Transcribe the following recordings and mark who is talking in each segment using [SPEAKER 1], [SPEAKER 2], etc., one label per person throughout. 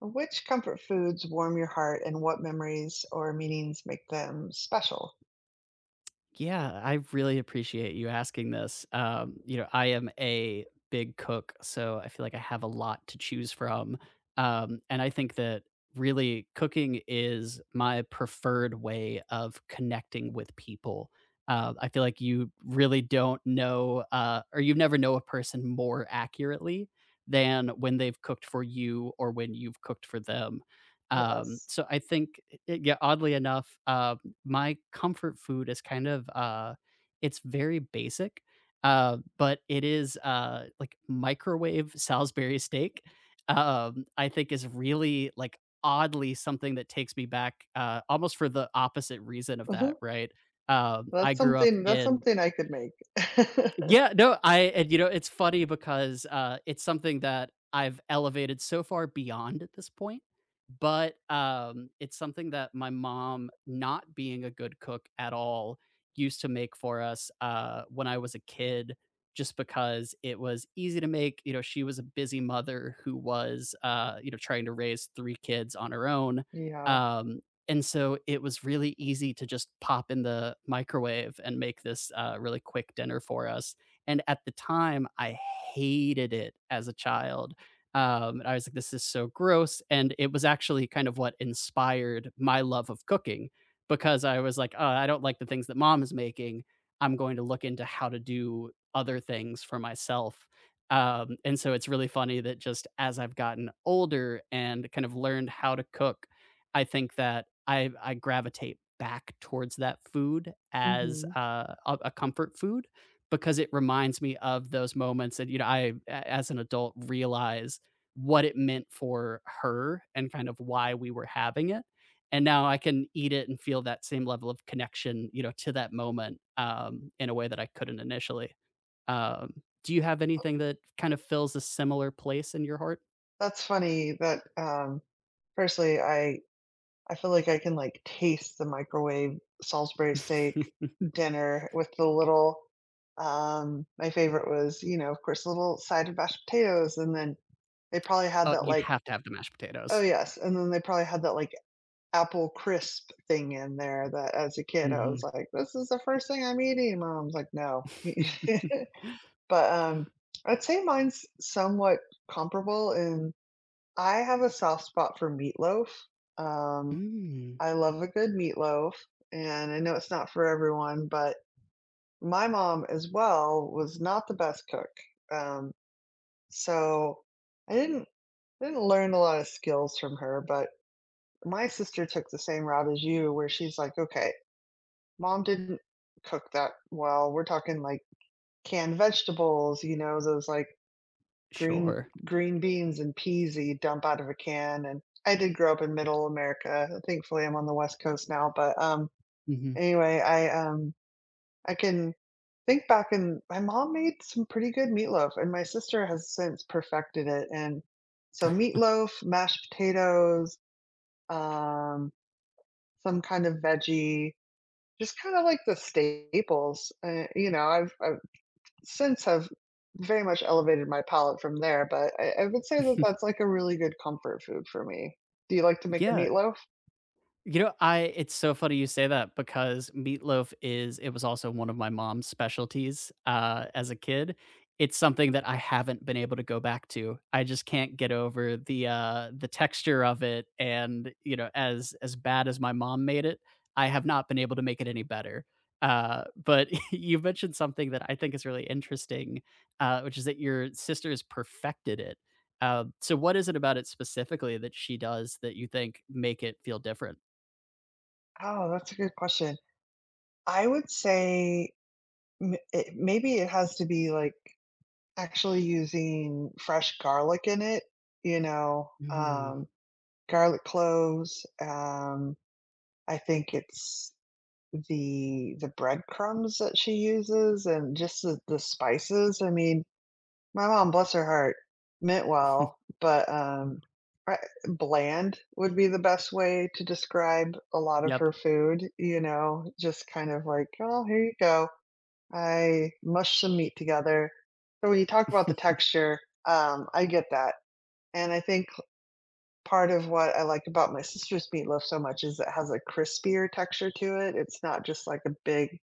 [SPEAKER 1] Which comfort foods warm your heart and what memories or meanings make them special?
[SPEAKER 2] Yeah, I really appreciate you asking this. I am a big cook, so I feel like I have a lot to choose from. And I think that really cooking is my preferred way of connecting with people. I feel like you really don't know, or you never know a person more accurately than when they've cooked for you or when you've cooked for them. Um,
[SPEAKER 1] Yes.
[SPEAKER 2] so I think, eh, yeah, oddly enough, my comfort food is kind of, it's very basic, but it is like microwave Salisbury steak. I think is really like oddly something that takes me back almost for the opposite reason of that,
[SPEAKER 1] Mhm.
[SPEAKER 2] right? I grew up
[SPEAKER 1] That's
[SPEAKER 2] in
[SPEAKER 1] something I could make.
[SPEAKER 2] yeah, no, I and you know, it's funny because, it's something that I've elevated so far beyond at this point, but, it's something that my mom, not being a good cook at all, used to make for us, when I was a kid just because it was easy to make, you know, she was a busy mother who was, trying to raise 3 kids on her own,
[SPEAKER 1] Yeah.
[SPEAKER 2] um and so it was really easy to just pop in the microwave and make this, really quick dinner for us, and at the time, I hated it as a child. And I was like, "This is so gross," and it was actually kind of what inspired my love of cooking because I was like, "Oh, I don't like the things that mom is making. I'm going to look into how to do other things for myself." And so it's really funny that just as I've gotten older and kind of learned how to cook I think that I gravitate back towards that food as,
[SPEAKER 1] Mhm.
[SPEAKER 2] a comfort food because it reminds me of those moments that, you know, I, a as an adult, realize what it meant for her and kind of why we were having it, and now I can eat it and feel that same level of connection, you know, to that moment, in a way that I couldn't initially. Do you have anything that kind of fills a similar place in your heart?
[SPEAKER 1] That's funny that, personally, I feel like I can, like, taste the microwave Salisbury steak dinner with the little, my favorite was, you know, of course, a little side of mashed potatoes, and then they probably had
[SPEAKER 2] Oh,
[SPEAKER 1] that,
[SPEAKER 2] you have to have the mashed
[SPEAKER 1] oh,
[SPEAKER 2] potatoes.
[SPEAKER 1] yes, and then they probably had that, like, apple crisp thing in there that as a kid, I was
[SPEAKER 2] Mhm.
[SPEAKER 1] like, "This is the first thing I'm eating." Mom's like, "No." But, I'd say mine's somewhat comparable. And I have a soft spot for meatloaf. Um,
[SPEAKER 2] Mm,
[SPEAKER 1] I love a good meatloaf, and I know it's not for everyone, but my mom as well was not the best cook. Um, so I didn't learn a lot of skills from her, but my sister took the same route as you where she's like, "Okay, Mom didn't cook that well. We're talking like canned vegetables, you know, those like green
[SPEAKER 2] sure.
[SPEAKER 1] green beans and peas that you dump out of a can, and I did grow up in Middle America. Thankfully, I'm on the West Coast now, but,
[SPEAKER 2] Mhm.
[SPEAKER 1] anyway, I can think back and my mom made some pretty good meatloaf, and my sister has since perfected it, and so meatloaf, mashed potatoes, um, some kind of veggie, just kinda like the staples, you know, I've since have very much elevated my palate from there, but I would say that that's like a really good comfort food for me. Do you like to make a
[SPEAKER 2] Yeah,
[SPEAKER 1] meatloaf?
[SPEAKER 2] you know, I it's so funny you say that because meatloaf is it was also one of my mom's specialties, as a kid. It's something that I haven't been able to go back to. I just can't get over the texture of it and, you know, as bad as my mom made it, I have not been able to make it any better. But you mentioned something that I think is really interesting, which is that your sister has perfected it. So what is it about it specifically that she does that you think make it feel different?
[SPEAKER 1] Oh, that's a good question. I would say it, maybe it has to be like actually using fresh garlic in it, you know,
[SPEAKER 2] Mm.
[SPEAKER 1] garlic cloves. I think it's the breadcrumbs that she uses and just the spices. I mean, my mom, bless her heart, meant well, but, I bland would be the best way to describe a lot of
[SPEAKER 2] Yep.
[SPEAKER 1] her food, you know, just kind of like, "Oh, here you go. I mushed some meat together." So when you talk about the texture, I get that, and I think part of what I like about my sister's meatloaf so much is it has a crispier texture to it. It's not just like a big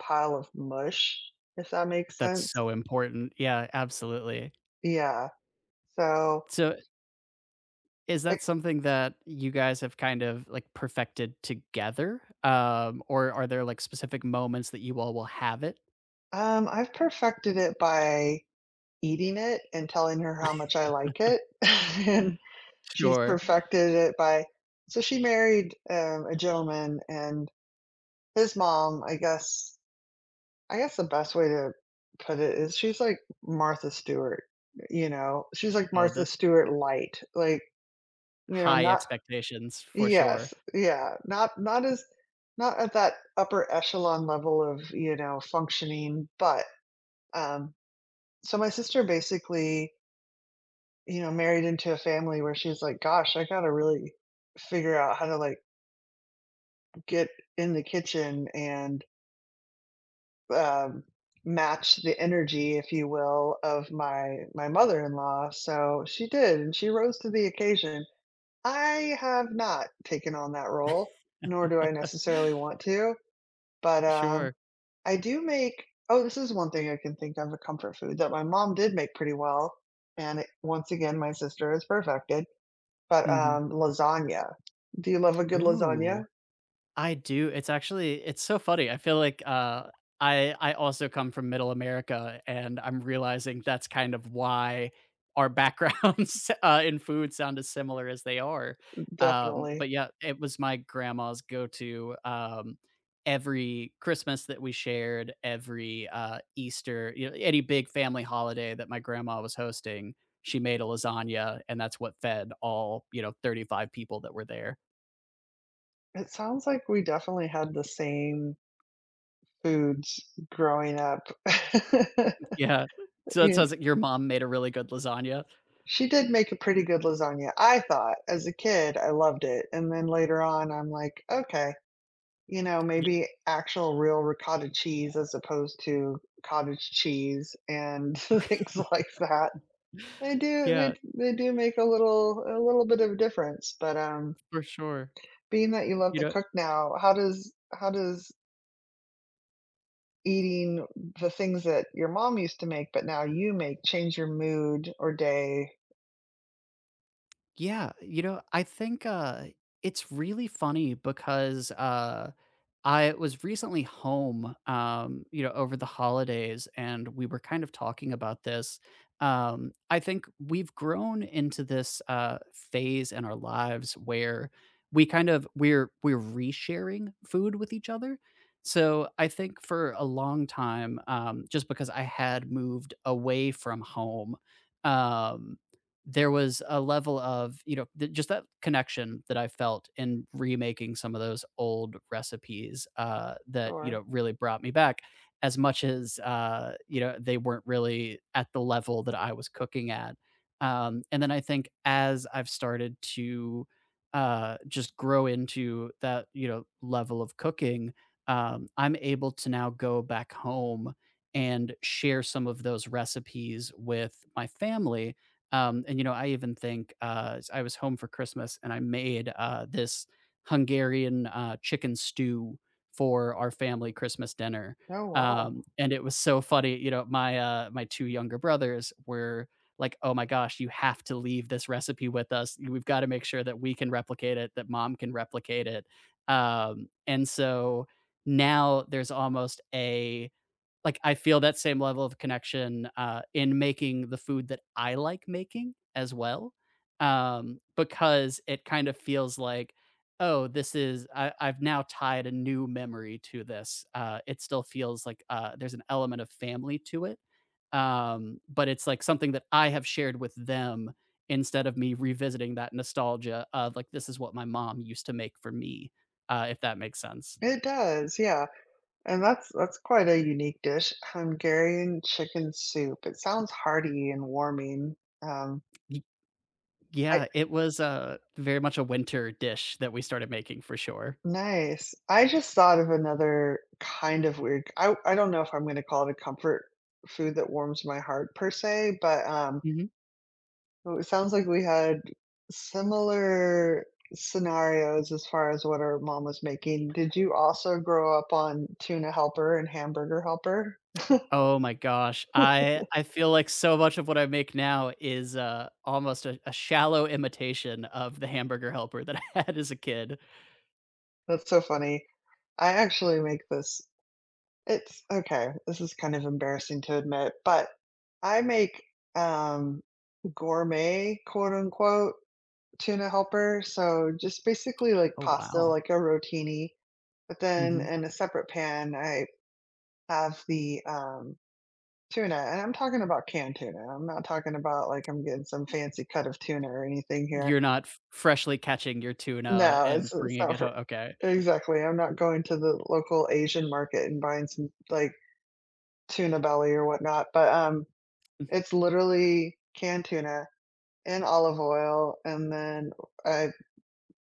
[SPEAKER 1] pile of mush, if that makes
[SPEAKER 2] That's
[SPEAKER 1] sense.
[SPEAKER 2] so important. Yeah, absolutely.
[SPEAKER 1] Yeah. So,
[SPEAKER 2] So, is that something that you guys have kind of, like, perfected together? Or are there, like, specific moments that you all will have it?
[SPEAKER 1] I've perfected it by eating it and telling her how much I like it, and she's
[SPEAKER 2] Sure.
[SPEAKER 1] perfected it by so she married, a gentleman, and his mom, I guess the best way to put it is she's like Martha Stewart, you know? She's like
[SPEAKER 2] Oh,
[SPEAKER 1] Martha
[SPEAKER 2] the
[SPEAKER 1] Stewart light, like, you know,
[SPEAKER 2] high
[SPEAKER 1] not
[SPEAKER 2] expectations for sure.
[SPEAKER 1] yes, yeah, not as not at that upper echelon level of, you know, functioning, but, um so my sister basically you know, married into a family where she's like, "Gosh, I gotta really figure out how to, like, get in the kitchen and, um, match the energy, if you will, of my mother-in-law." So, she did, and she rose to the occasion. I have not taken on that role, nor do I necessarily want to, but,
[SPEAKER 2] Sure.
[SPEAKER 1] I do make oh, this is one thing I can think of, a comfort food that my mom did make pretty well, and it once again, my sister has perfected, but,
[SPEAKER 2] Mhm.
[SPEAKER 1] lasagna. Do you love a good
[SPEAKER 2] Ooh.
[SPEAKER 1] lasagna?
[SPEAKER 2] I do. It's actually it's so funny. I feel like I also come from middle America and I'm realizing that's kind of why our backgrounds in food sound as similar as they are.
[SPEAKER 1] Definitely.
[SPEAKER 2] But yeah, it was my grandma's go-to, every Christmas that we shared, every Easter, you know, any big family holiday that my grandma was hosting, she made a lasagna and that's what fed all, you know, 35 people that were there.
[SPEAKER 1] It sounds like we definitely had the same foods growing up.
[SPEAKER 2] Yeah. So it
[SPEAKER 1] And
[SPEAKER 2] sounds like your mom made a really good lasagna.
[SPEAKER 1] she did make a pretty good lasagna, I thought. As a kid, I loved it, and then later on, I'm like, "Okay, you know,
[SPEAKER 2] Y
[SPEAKER 1] maybe actual real ricotta cheese as opposed to cottage cheese and things like that." They do they
[SPEAKER 2] yeah,
[SPEAKER 1] they do make a little bit of a difference, but,
[SPEAKER 2] for sure.
[SPEAKER 1] being that you love
[SPEAKER 2] You
[SPEAKER 1] to
[SPEAKER 2] know
[SPEAKER 1] cook now, how does eating the things that your mom used to make, but now you make change your mood or day.
[SPEAKER 2] yeah, you know, I think, it's really funny because, I was recently home, you know, over the holidays, and we were kind of talking about this. I think we've grown into this phase in our lives where we kind of we're resharing food with each other. So I think for a long time, just because I had moved away from home, um, there was a level of, you know, th just that connection that I felt in remaking some of those old recipes, that, you
[SPEAKER 1] Sure.
[SPEAKER 2] know, really brought me back as much as, you know, they weren't really at the level that I was cooking at. And then I think as I've started to, just grow into that, you know, level of cooking, I'm able to now go back home and share some of those recipes with my family, and, you know, I even think, s I was home for Christmas and I made, this Hungarian, chicken stew for our family Christmas dinner.
[SPEAKER 1] Oh, wow.
[SPEAKER 2] And it was so funny, you know, my 2 younger brothers were like, "Oh my gosh, you have to leave this recipe with us. We've gotta make sure that we can replicate it, that mom can replicate it." And so now there's almost a like I feel that same level of connection in making the food that I like making as well, because it kind of feels like, oh, this is I've now tied a new memory to this. It still feels like there's an element of family to it, but it's like something that I have shared with them instead of me revisiting that nostalgia of like this is what my mom used to make for me, if that makes sense.
[SPEAKER 1] It does, yeah, and that's quite a unique dish, Hungarian chicken soup. It sounds hearty and warming. Um, I
[SPEAKER 2] Yeah, it was, very much a winter dish that we started making for sure.
[SPEAKER 1] Nice. I just thought of another kind of weird I don't know if I'm gonna call it a comfort food that warms my heart per se, but,
[SPEAKER 2] Mhm.
[SPEAKER 1] well, it sounds like we had similar scenarios as far as what our mom was making. Did you also grow up on Tuna Helper and Hamburger Helper?
[SPEAKER 2] Oh my gosh, I feel like so much of what I make now is, almost a shallow imitation of the hamburger helper that I had as a kid.
[SPEAKER 1] That's so funny. I actually make this. It's okay. This is kind of embarrassing to admit, but I make um, gourmet, quote unquote, tuna helper. So just basically like
[SPEAKER 2] Oh,
[SPEAKER 1] pasta,
[SPEAKER 2] wow.
[SPEAKER 1] like a rotini. But then
[SPEAKER 2] Mhm.
[SPEAKER 1] in a separate pan, I have the tuna, and I'm talking about canned tuna, I'm not talking about, like, I'm getting some fancy cut of tuna or anything here.
[SPEAKER 2] You're not f freshly catching your tuna
[SPEAKER 1] No,
[SPEAKER 2] and
[SPEAKER 1] it's
[SPEAKER 2] bringing
[SPEAKER 1] not
[SPEAKER 2] it
[SPEAKER 1] for
[SPEAKER 2] home. Okay.
[SPEAKER 1] exactly, I'm not going to the local Asian market and buying some, like, tuna belly or whatnot, but,
[SPEAKER 2] Mhm.
[SPEAKER 1] it's literally canned tuna in olive oil, and then I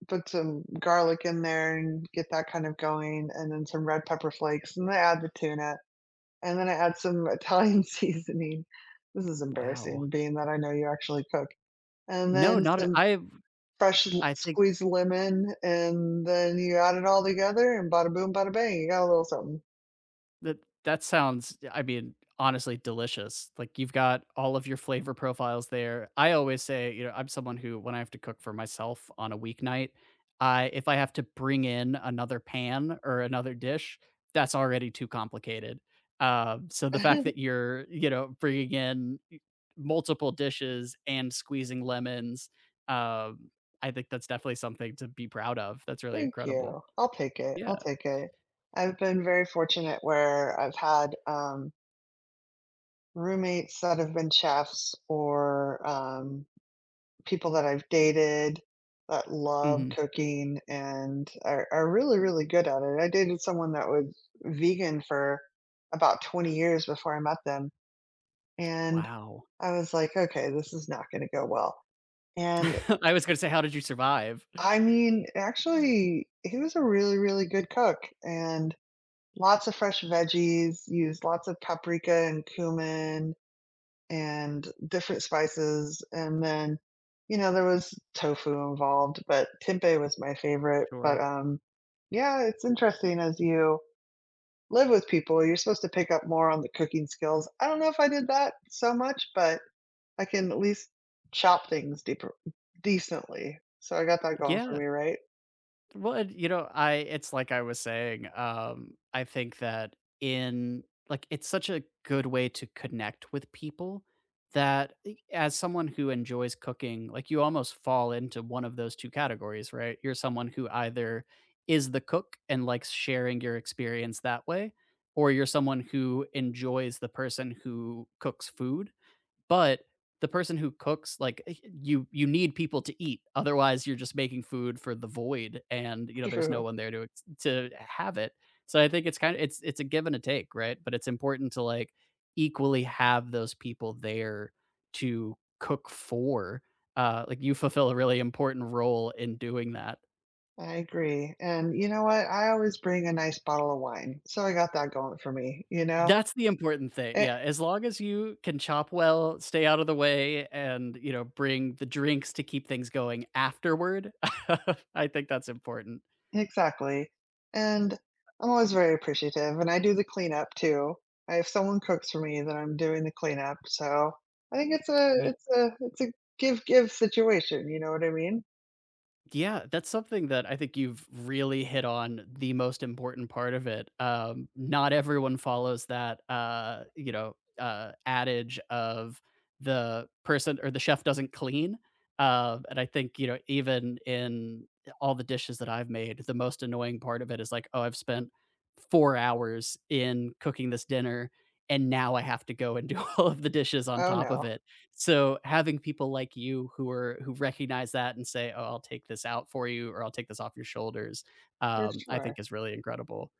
[SPEAKER 1] put some garlic in there and get that kind of going, and then some red pepper flakes, and then I add the tuna, and then I add some Italian seasoning. This is
[SPEAKER 2] Wow.
[SPEAKER 1] embarrassing being that I know you actually cook. And
[SPEAKER 2] No,
[SPEAKER 1] then
[SPEAKER 2] not at
[SPEAKER 1] some
[SPEAKER 2] I think
[SPEAKER 1] squeezed lemon, and then you add it all together, and bada boom, bada bang, you got a little something.
[SPEAKER 2] That that sounds, I mean, honestly delicious. Like you've got all of your flavor profiles there. I always say, you know, I'm someone who when I have to cook for myself on a weeknight, I if I have to bring in another pan or another dish, that's already too complicated. So the fact that you're, you know, bringing in multiple dishes and squeezing lemons, um, I think that's definitely something to be proud of. That's really
[SPEAKER 1] Thank
[SPEAKER 2] incredible.
[SPEAKER 1] you. I'll take it. I'll
[SPEAKER 2] Yeah.
[SPEAKER 1] take it. I've been very fortunate where I've had roommates that have been chefs or people that I've dated that love
[SPEAKER 2] Hmm.
[SPEAKER 1] cooking and are really, really good at it. I dated someone that was vegan for about 20 years before I met them. And
[SPEAKER 2] Wow.
[SPEAKER 1] I was like, "Okay, this is not gonna go well." And,
[SPEAKER 2] I was gonna say, how did you survive?
[SPEAKER 1] I mean, actually, he was a really, really good cook, and lots of fresh veggies, used lots of paprika and cumin and different spices, and then, you know, there was tofu involved, but tempeh was my favorite,
[SPEAKER 2] Sure.
[SPEAKER 1] but, yeah, it's interesting as you live with people, you're supposed to pick up more on the cooking skills. I don't know if I did that so much, but I can at least chop things deeper decently. So I got that going for
[SPEAKER 2] Yeah.
[SPEAKER 1] me, right?
[SPEAKER 2] Well, and, you know, I it's like I was saying, I think that in like it's such a good way to connect with people that e as someone who enjoys cooking, like you almost fall into one of those 2 categories, right? You're someone who either is the cook and likes sharing your experience that way, or you're someone who enjoys the person who cooks food But the person who cooks, you need people to eat, otherwise you're just making food for the void and, you know, there's no
[SPEAKER 1] True.
[SPEAKER 2] one there to ex to have it. So I think it's kinda it's a give and a take, right? But it's important to, like, equally have those people there to cook for. Like, you fulfill a really important role in doing that.
[SPEAKER 1] I agree. And you know what? I always bring a nice bottle of wine. So I got that going for me, you know?
[SPEAKER 2] That's the important thing,
[SPEAKER 1] E
[SPEAKER 2] yeah, as long as you can chop well, stay out of the way, and, you know, bring the drinks to keep things going afterward, I think that's important.
[SPEAKER 1] Exactly. And I'm always very appreciative and I do the cleanup too. I if someone cooks for me, then I'm doing the cleanup. So I think it's a give give situation, you know what I mean?
[SPEAKER 2] Yeah, that's something that I think you've really hit on the most important part of it. Not everyone follows that, adage of the person or the chef doesn't clean. And I think, you know, even in all the dishes that I've made, the most annoying part of it is like, oh, I've spent 4 hours in cooking this dinner and now I have to go and do all of the dishes on
[SPEAKER 1] Oh
[SPEAKER 2] top of
[SPEAKER 1] no,
[SPEAKER 2] it. So having people like you who recognize that and say, "Oh, I'll take this out for you," or "I'll take this off your shoulders,"
[SPEAKER 1] for
[SPEAKER 2] I think
[SPEAKER 1] sure.
[SPEAKER 2] is really incredible.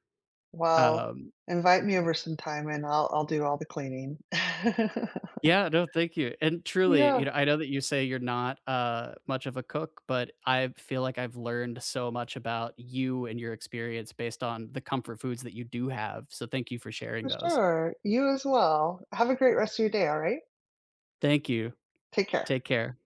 [SPEAKER 1] Well,
[SPEAKER 2] Um,
[SPEAKER 1] invite me over sometime and I'll do all the cleaning.
[SPEAKER 2] yeah, no, thank you. And truly, you
[SPEAKER 1] Yeah,
[SPEAKER 2] know, I know that you say you're not much of a cook, but I feel like I've learned so much about you and your experience based on the comfort foods that you do have. So thank you for sharing
[SPEAKER 1] for
[SPEAKER 2] those.
[SPEAKER 1] sure. You as well. Have a great rest of your day, all right?
[SPEAKER 2] Thank you.
[SPEAKER 1] Take care.
[SPEAKER 2] Take care.